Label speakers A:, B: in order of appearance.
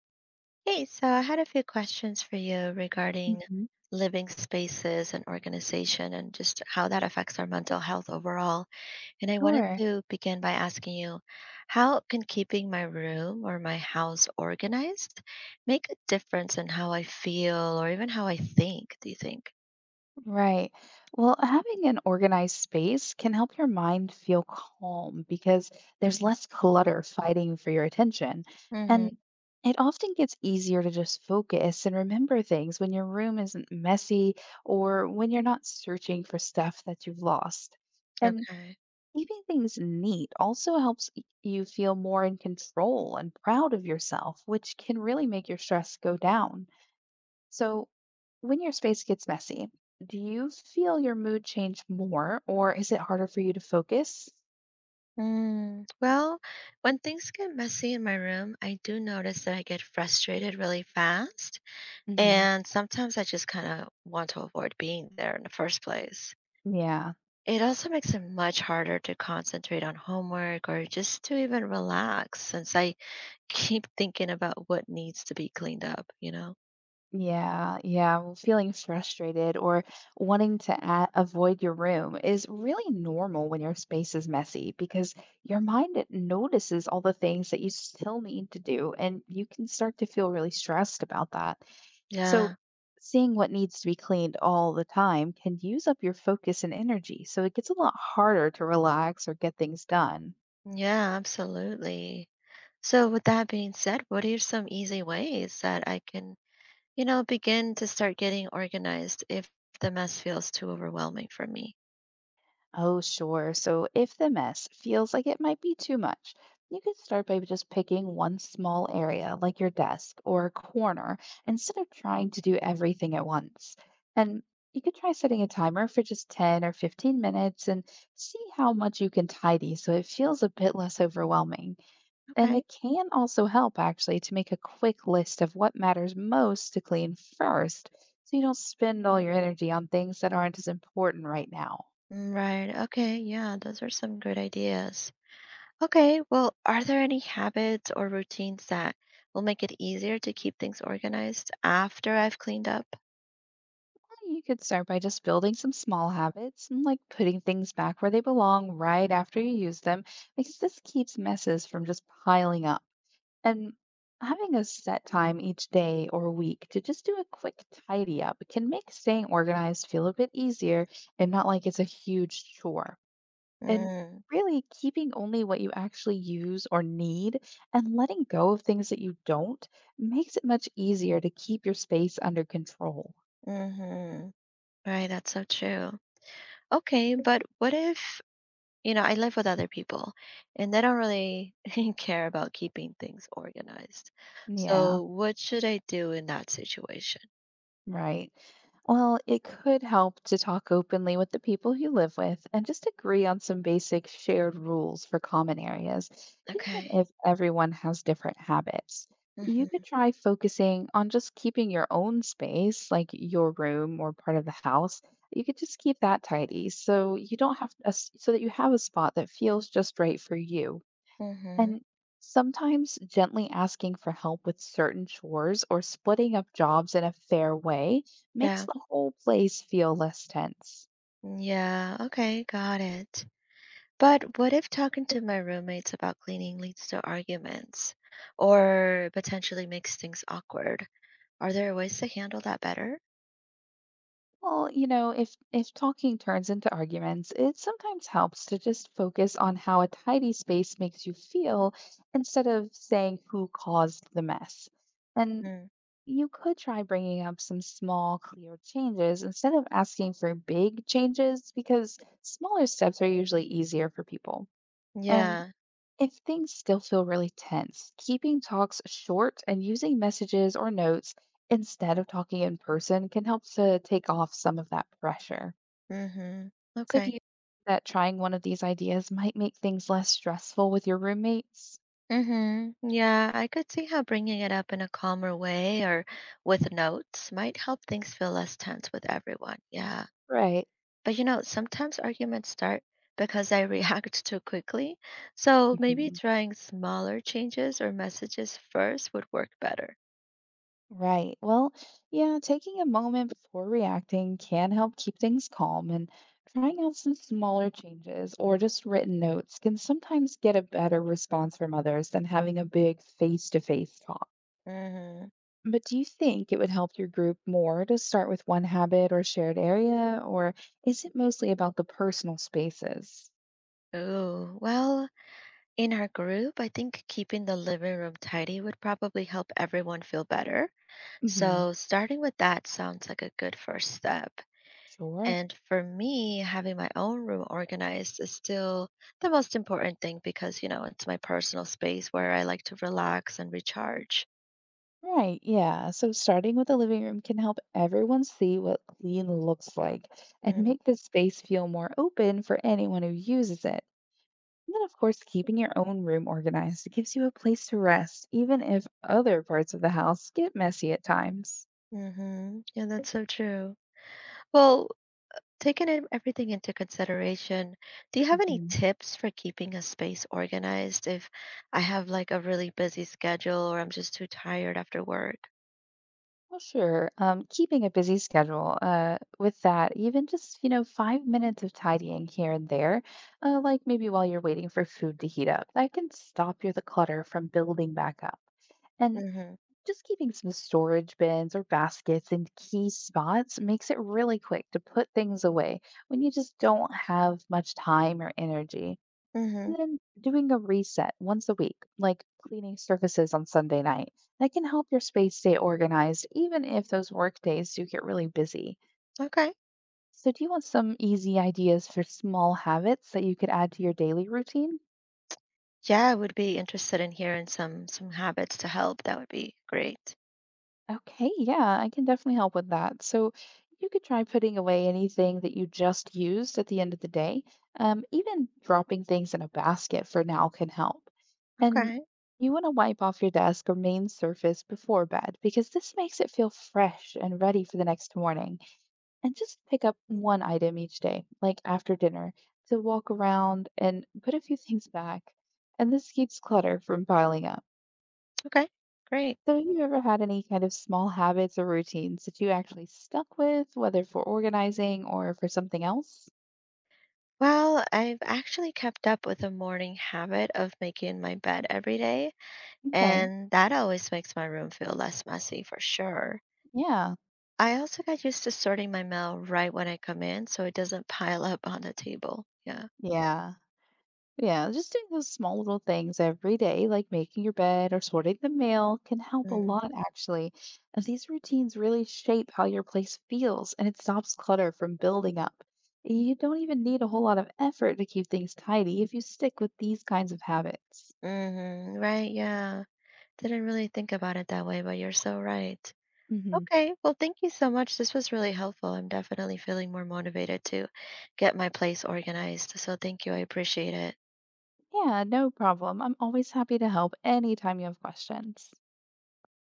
A: Hey, so I had a few questions for you regarding
B: Mhm.
A: living spaces and organization and just how that affects our mental health overall. And I wanted
B: Sure.
A: to begin by asking you, how can keeping my room or my house organized make a difference in how I feel or even how I think, do you think?
B: Right. Well, having an organized space can help your mind feel calm because there's less clutter fighting for your attention.
A: Mm-hmm.
B: And it often gets easier to just focus and remember things when your room isn't messy or when you're not searching for stuff that you've lost. And
A: Okay.
B: keeping things neat also helps you feel more in control and proud of yourself, which can really make your stress go down. So, when your space gets messy, do you feel your mood change more or is it harder for you to focus?
A: Well, when things get messy in my room, I do notice that I get frustrated really fast.
B: Hmm.
A: And sometimes I just kind of want to avoid being there in the first place.
B: Yeah.
A: It also makes it much harder to concentrate on homework or just to even relax since I keep thinking about what needs to be cleaned up.
B: Yeah, yeah. Well, feeling frustrated or wanting to a avoid your room is really normal when your space is messy because your mind notices all the things that you still need to do, and you can start to feel really stressed about that.
A: Yeah,
B: So, seeing what needs to be cleaned all the time can use up your focus and energy, so it gets a lot harder to relax or get things done.
A: yeah, absolutely. So, with that being said, what are some easy ways that I can, you know, begin to start getting organized if the mess feels too overwhelming for me?
B: Oh, sure. So if the mess feels like it might be too much, you could start by just picking one small area, like your desk or a corner, instead of trying to do everything at once. And you could try setting a timer for just 10 or 15 minutes and see how much you can tidy so it feels a bit less overwhelming. And
A: Okay.
B: it can also help, actually, to make a quick list of what matters most to clean first so you don't spend all your energy on things that aren't as important right now.
A: Right. Okay. Yeah, those are some good ideas. Okay, well, are there any habits or routines that will make it easier to keep things organized after I've cleaned up?
B: You could start by just building some small habits and like putting things back where they belong right after you use them, because this keeps messes from just piling up. And having a set time each day or week to just do a quick tidy up can make staying organized feel a bit easier and not like it's a huge chore. And
A: Mm,
B: really keeping only what you actually use or need and letting go of things that you don't makes it much easier to keep your space under control.
A: mm-hmm. Right, that's so true. Okay, but what if, you know, I live with other people and they don't really care about keeping things organized.
B: Yeah.
A: So what should I do in that situation?
B: Right. Well, it could help to talk openly with the people you live with and just agree on some basic shared rules for common areas,
A: Okay.
B: even if everyone has different habits. You
A: Mm-hmm.
B: could try focusing on just keeping your own space, like your room or part of the house. You could just keep that tidy so you don't have so that you have a spot that feels just right for you.
A: Mm-hmm.
B: And sometimes gently asking for help with certain chores or splitting up jobs in a fair way makes
A: Yeah.
B: the whole place feel less tense.
A: Yeah. Okay, got it. But what if talking to my roommates about cleaning leads to arguments or potentially makes things awkward? Are there ways to handle that better?
B: Well, you know, if talking turns into arguments, it sometimes helps to just focus on how a tidy space makes you feel instead of saying who caused the mess. And
A: Mm.
B: you could try bringing up some small, clear changes instead of asking for big changes because smaller steps are usually easier for people. And
A: Yeah.
B: if things still feel really tense, keeping talks short and using messages or notes instead of talking in person can help to take off some of that pressure.
A: Mm-hmm.
B: So, do
A: Okay.
B: you think that trying one of these ideas might make things less stressful with your roommates?
A: Mm-hmm. Yeah, I could see how bringing it up in a calmer way or with notes might help things feel less tense with everyone. Yeah.
B: Right.
A: But you know, sometimes arguments start because I react too quickly. So maybe
B: Mhm.
A: trying smaller changes or messages first would work better.
B: Right. Well, yeah, taking a moment before reacting can help keep things calm, and trying out some smaller changes or just written notes can sometimes get a better response from others than having a big face-to-face talk.
A: Mm-hmm.
B: But do you think it would help your group more to start with one habit or shared area, or is it mostly about the personal spaces?
A: Oh, well, in our group, I think keeping the living room tidy would probably help everyone feel better.
B: Hmm.
A: So, starting with that sounds like a good first step.
B: Sure.
A: And for me, having my own room organized is still the most important thing because, you know, it's my personal space where I like to relax and recharge.
B: Right, yeah. So starting with the living room can help everyone see what clean looks like and
A: Mm.
B: make the space feel more open for anyone who uses it. And then, of course, keeping your own room organized gives you a place to rest, even if other parts of the house get messy at times.
A: Mm-hmm. Yeah, that's so true. Well, taking in- everything into consideration, do you have any
B: Hmm.
A: tips for keeping a space organized if I have like a really busy schedule or I'm just too tired after work?
B: Well, sure. Keeping a busy schedule. With that, even just, 5 minutes of tidying here and there, like maybe while you're waiting for food to heat up, that can stop your the clutter from building back up. And
A: Mm-hmm.
B: just keeping some storage bins or baskets in key spots makes it really quick to put things away when you just don't have much time or energy.
A: Mm-hmm.
B: And then doing a reset once a week, like cleaning surfaces on Sunday night, that can help your space stay organized even if those work days do get really busy.
A: Okay.
B: So, do you want some easy ideas for small habits that you could add to your daily routine?
A: Yeah, I would be interested in hearing some habits to help. That would be great.
B: Okay, yeah, I can definitely help with that. So you could try putting away anything that you just used at the end of the day. Even dropping things in a basket for now can help. And
A: Okay.
B: you want to wipe off your desk or main surface before bed because this makes it feel fresh and ready for the next morning. And just pick up one item each day, like after dinner, to walk around and put a few things back. And this keeps clutter from piling up.
A: Okay. Great.
B: So, have you ever had any kind of small habits or routines that you actually stuck with, whether for organizing or for something else?
A: Well, I've actually kept up with a morning habit of making my bed every day,
B: Okay.
A: and that always makes my room feel less messy for sure.
B: Yeah.
A: I also got used to sorting my mail right when I come in so it doesn't pile up on the table. Yeah.
B: Yeah. Yeah. Just doing those small little things every day, like making your bed or sorting the mail, can help a
A: Mm.
B: lot, actually. And these routines really shape how your place feels and it stops clutter from building up. You don't even need a whole lot of effort to keep things tidy if you stick with these kinds of habits.
A: Mhm. Right, yeah. Didn't really think about it that way, but you're so right.
B: Hmm.
A: Okay. Well, thank you so much. This was really helpful. I'm definitely feeling more motivated to get my place organized. So thank you. I appreciate it.
B: Yeah, no problem. I'm always happy to help anytime you have questions.